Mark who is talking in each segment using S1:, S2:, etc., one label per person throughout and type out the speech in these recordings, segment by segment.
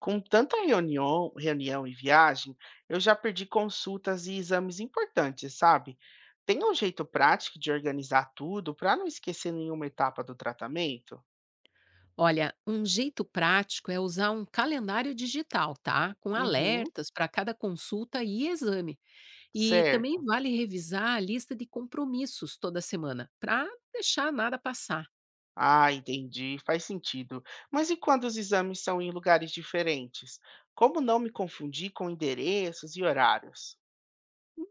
S1: Com tanta reunião e viagem, eu já perdi consultas e exames importantes, sabe? Tem um jeito prático de organizar tudo para não esquecer nenhuma etapa do tratamento?
S2: Olha, um jeito prático é usar um calendário digital, tá? Com
S1: Uhum,
S2: alertas para cada consulta e exame. E também
S1: certo.
S2: vale revisar a lista de compromissos toda semana, para deixar nada passar.
S1: Ah, entendi, faz sentido. Mas e quando os exames são em lugares diferentes? Como não me confundir com endereços e horários?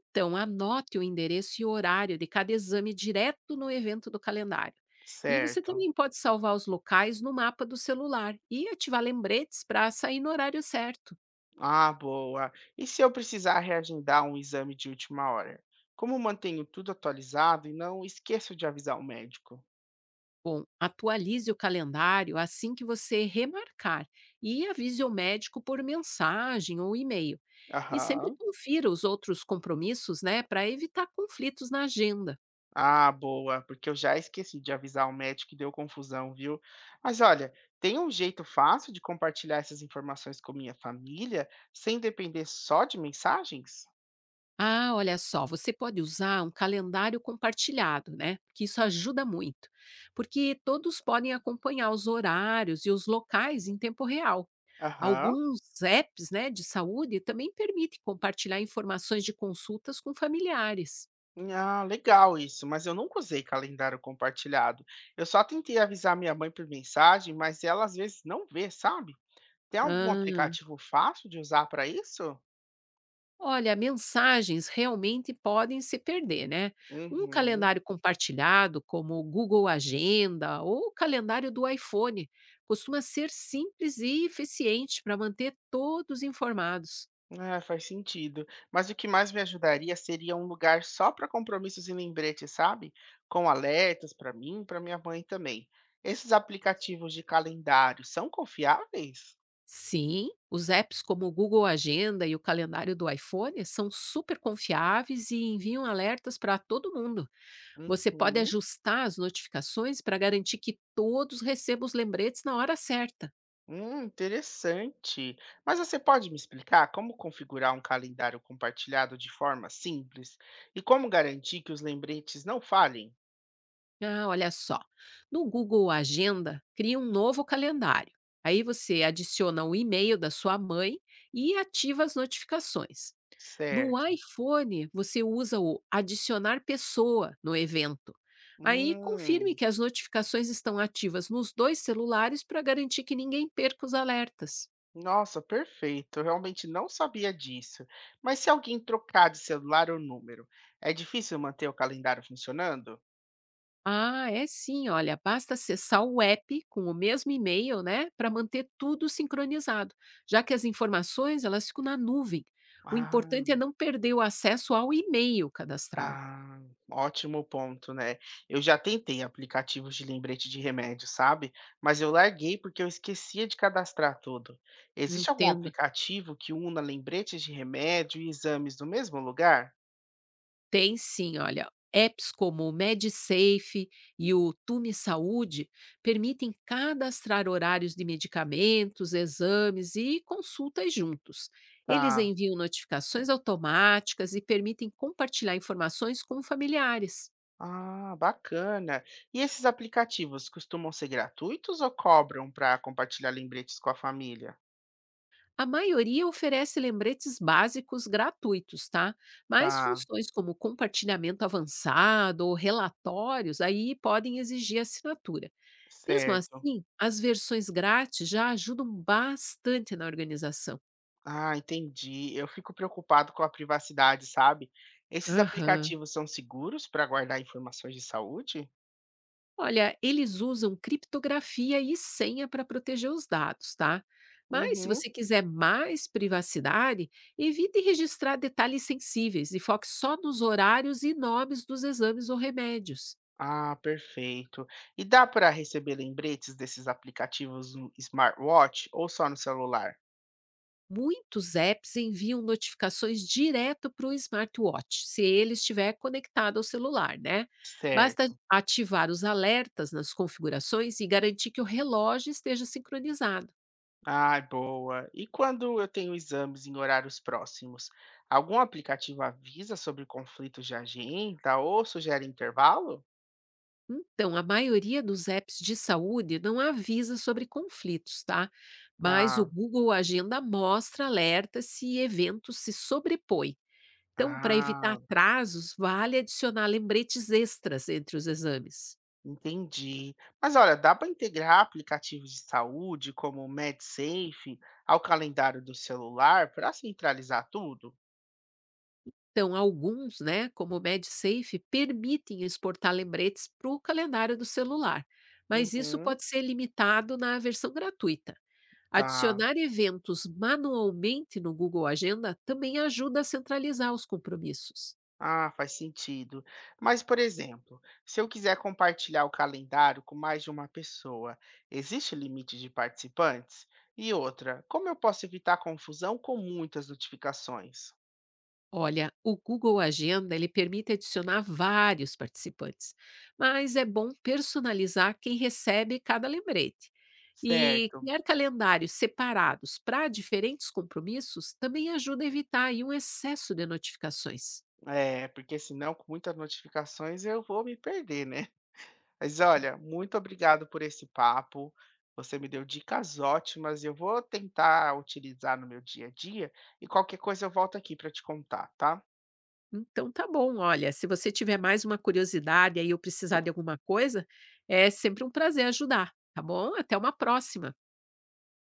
S2: Então, anote o endereço e horário de cada exame direto no evento do calendário. E você
S1: Certo.
S2: também pode salvar os locais no mapa do celular e ativar lembretes para sair no horário certo.
S1: Ah, boa. E se eu precisar reagendar um exame de última hora? Como mantenho tudo atualizado e não esqueço de avisar o médico?
S2: Bom, atualize o calendário assim que você remarcar e avise o médico por mensagem ou e-mail. E sempre
S1: Aham.
S2: confira os outros compromissos, né, para evitar conflitos na agenda.
S1: Ah, boa, porque eu já esqueci de avisar o médico e deu confusão, viu? Mas olha, tem um jeito fácil de compartilhar essas informações com minha família sem depender só de mensagens?
S2: Ah, olha só, você pode usar um calendário compartilhado, né? Que isso ajuda muito, porque todos podem acompanhar os horários e os locais em tempo real.
S1: Aham.
S2: Alguns apps, né, de saúde também permitem compartilhar informações de consultas com familiares.
S1: Ah, legal isso, mas eu nunca usei calendário compartilhado. Eu só tentei avisar minha mãe por mensagem, mas ela às vezes não vê, sabe? Tem algum
S2: Ah,
S1: aplicativo fácil de usar para isso?
S2: olha, mensagens realmente podem se perder, né? Um
S1: Uhum.
S2: calendário compartilhado, como o Google Agenda ou o calendário do iPhone, costuma ser simples e eficiente para manter todos informados.
S1: É, faz sentido. Mas o que mais me ajudaria seria um lugar só para compromissos e lembretes, sabe? Com alertas para mim, e para minha mãe também. Esses aplicativos de calendário são confiáveis?
S2: Sim, os apps como o Google Agenda e o calendário do iPhone são super confiáveis e enviam alertas para todo mundo. Você pode
S1: Uhum.
S2: ajustar as notificações para garantir que todos recebam os lembretes na hora certa.
S1: Interessante. Mas você pode me explicar como configurar um calendário compartilhado de forma simples e como garantir que os lembretes não falhem?
S2: Ah, olha só. No Google Agenda, cria um novo calendário. Aí você adiciona o e-mail da sua mãe e ativa as notificações. No
S1: Certo.
S2: iPhone, você usa o adicionar pessoa no evento. Aí confirme
S1: Hum.
S2: que as notificações estão ativas nos dois celulares para garantir que ninguém perca os alertas.
S1: Nossa, perfeito. Eu realmente não sabia disso. Mas se alguém trocar de celular ou número, é difícil manter o calendário funcionando?
S2: Ah, é sim, olha, basta acessar o app com o mesmo e-mail, né, para manter tudo sincronizado, já que as informações elas ficam na nuvem. O importante é
S1: Ah,
S2: não perder o acesso ao e-mail cadastrado.
S1: ah, ótimo ponto, né? Eu já tentei aplicativos de lembrete de remédio, sabe? Mas eu larguei porque eu esquecia de cadastrar tudo. Existe algum
S2: Entendo.
S1: aplicativo que una lembretes de remédio e exames no mesmo lugar?
S2: Tem sim, olha. Apps como o MedSafe e o Tume Saúde permitem cadastrar horários de medicamentos, exames e consultas juntos. Eles
S1: Tá.
S2: enviam notificações automáticas e permitem compartilhar informações com familiares.
S1: Ah, bacana. E esses aplicativos costumam ser gratuitos ou cobram para compartilhar lembretes com a família?
S2: A maioria oferece lembretes básicos gratuitos, tá? Mas
S1: Tá,
S2: funções como compartilhamento avançado ou relatórios aí podem exigir assinatura. Mesmo
S1: certo.
S2: assim, as versões grátis já ajudam bastante na organização.
S1: Ah, entendi. Eu fico preocupado com a privacidade, sabe? Esses
S2: Aham,
S1: aplicativos são seguros para guardar informações de saúde?
S2: olha, eles usam criptografia e senha para proteger os dados, tá? Mas se
S1: Uhum.
S2: você quiser mais privacidade, evite registrar detalhes sensíveis e foque só nos horários e nomes dos exames ou remédios.
S1: Ah, perfeito. E dá para receber lembretes desses aplicativos no smartwatch ou só no celular?
S2: Muitos apps enviam notificações direto para o smartwatch, se ele estiver conectado ao celular, né? Basta
S1: Certo.
S2: ativar os alertas nas configurações e garantir que o relógio esteja sincronizado.
S1: Ai, boa. E quando eu tenho exames em horários próximos, algum aplicativo avisa sobre conflitos de agenda ou sugere intervalo?
S2: Então, a maioria dos apps de saúde não avisa sobre conflitos, tá? Mas o
S1: Tá.
S2: Google Agenda mostra alertas se eventos se sobrepõem. Então, para evitar
S1: Ah,
S2: atrasos, vale adicionar lembretes extras entre os exames.
S1: entendi. Mas olha, dá para integrar aplicativos de saúde como o MedSafe ao calendário do celular para centralizar tudo?
S2: Então, alguns, né, como o MedSafe, permitem exportar lembretes para o calendário do celular, mas isso
S1: Uhum,
S2: pode ser limitado na versão gratuita.
S1: tá.
S2: Adicionar eventos manualmente no Google Agenda também ajuda a centralizar os compromissos.
S1: Ah, faz sentido. Mas, por exemplo, se eu quiser compartilhar o calendário com mais de uma pessoa, existe limite de participantes? E outra, como eu posso evitar confusão com muitas notificações?
S2: Olha, o Google Agenda ele permite adicionar vários participantes, mas é bom personalizar quem recebe cada lembrete. E
S1: Certo,
S2: criar calendários separados para diferentes compromissos também ajuda a evitar aí um excesso de notificações.
S1: é, porque senão com muitas notificações eu vou me perder, né? Mas olha, muito obrigado por esse papo. Você me deu dicas ótimas e eu vou tentar utilizar no meu dia a dia. E qualquer coisa eu volto aqui para te contar, tá?
S2: Então tá bom, olha, se você tiver mais uma curiosidade aí ou precisar de alguma coisa, é sempre um prazer ajudar, tá bom? Até uma próxima.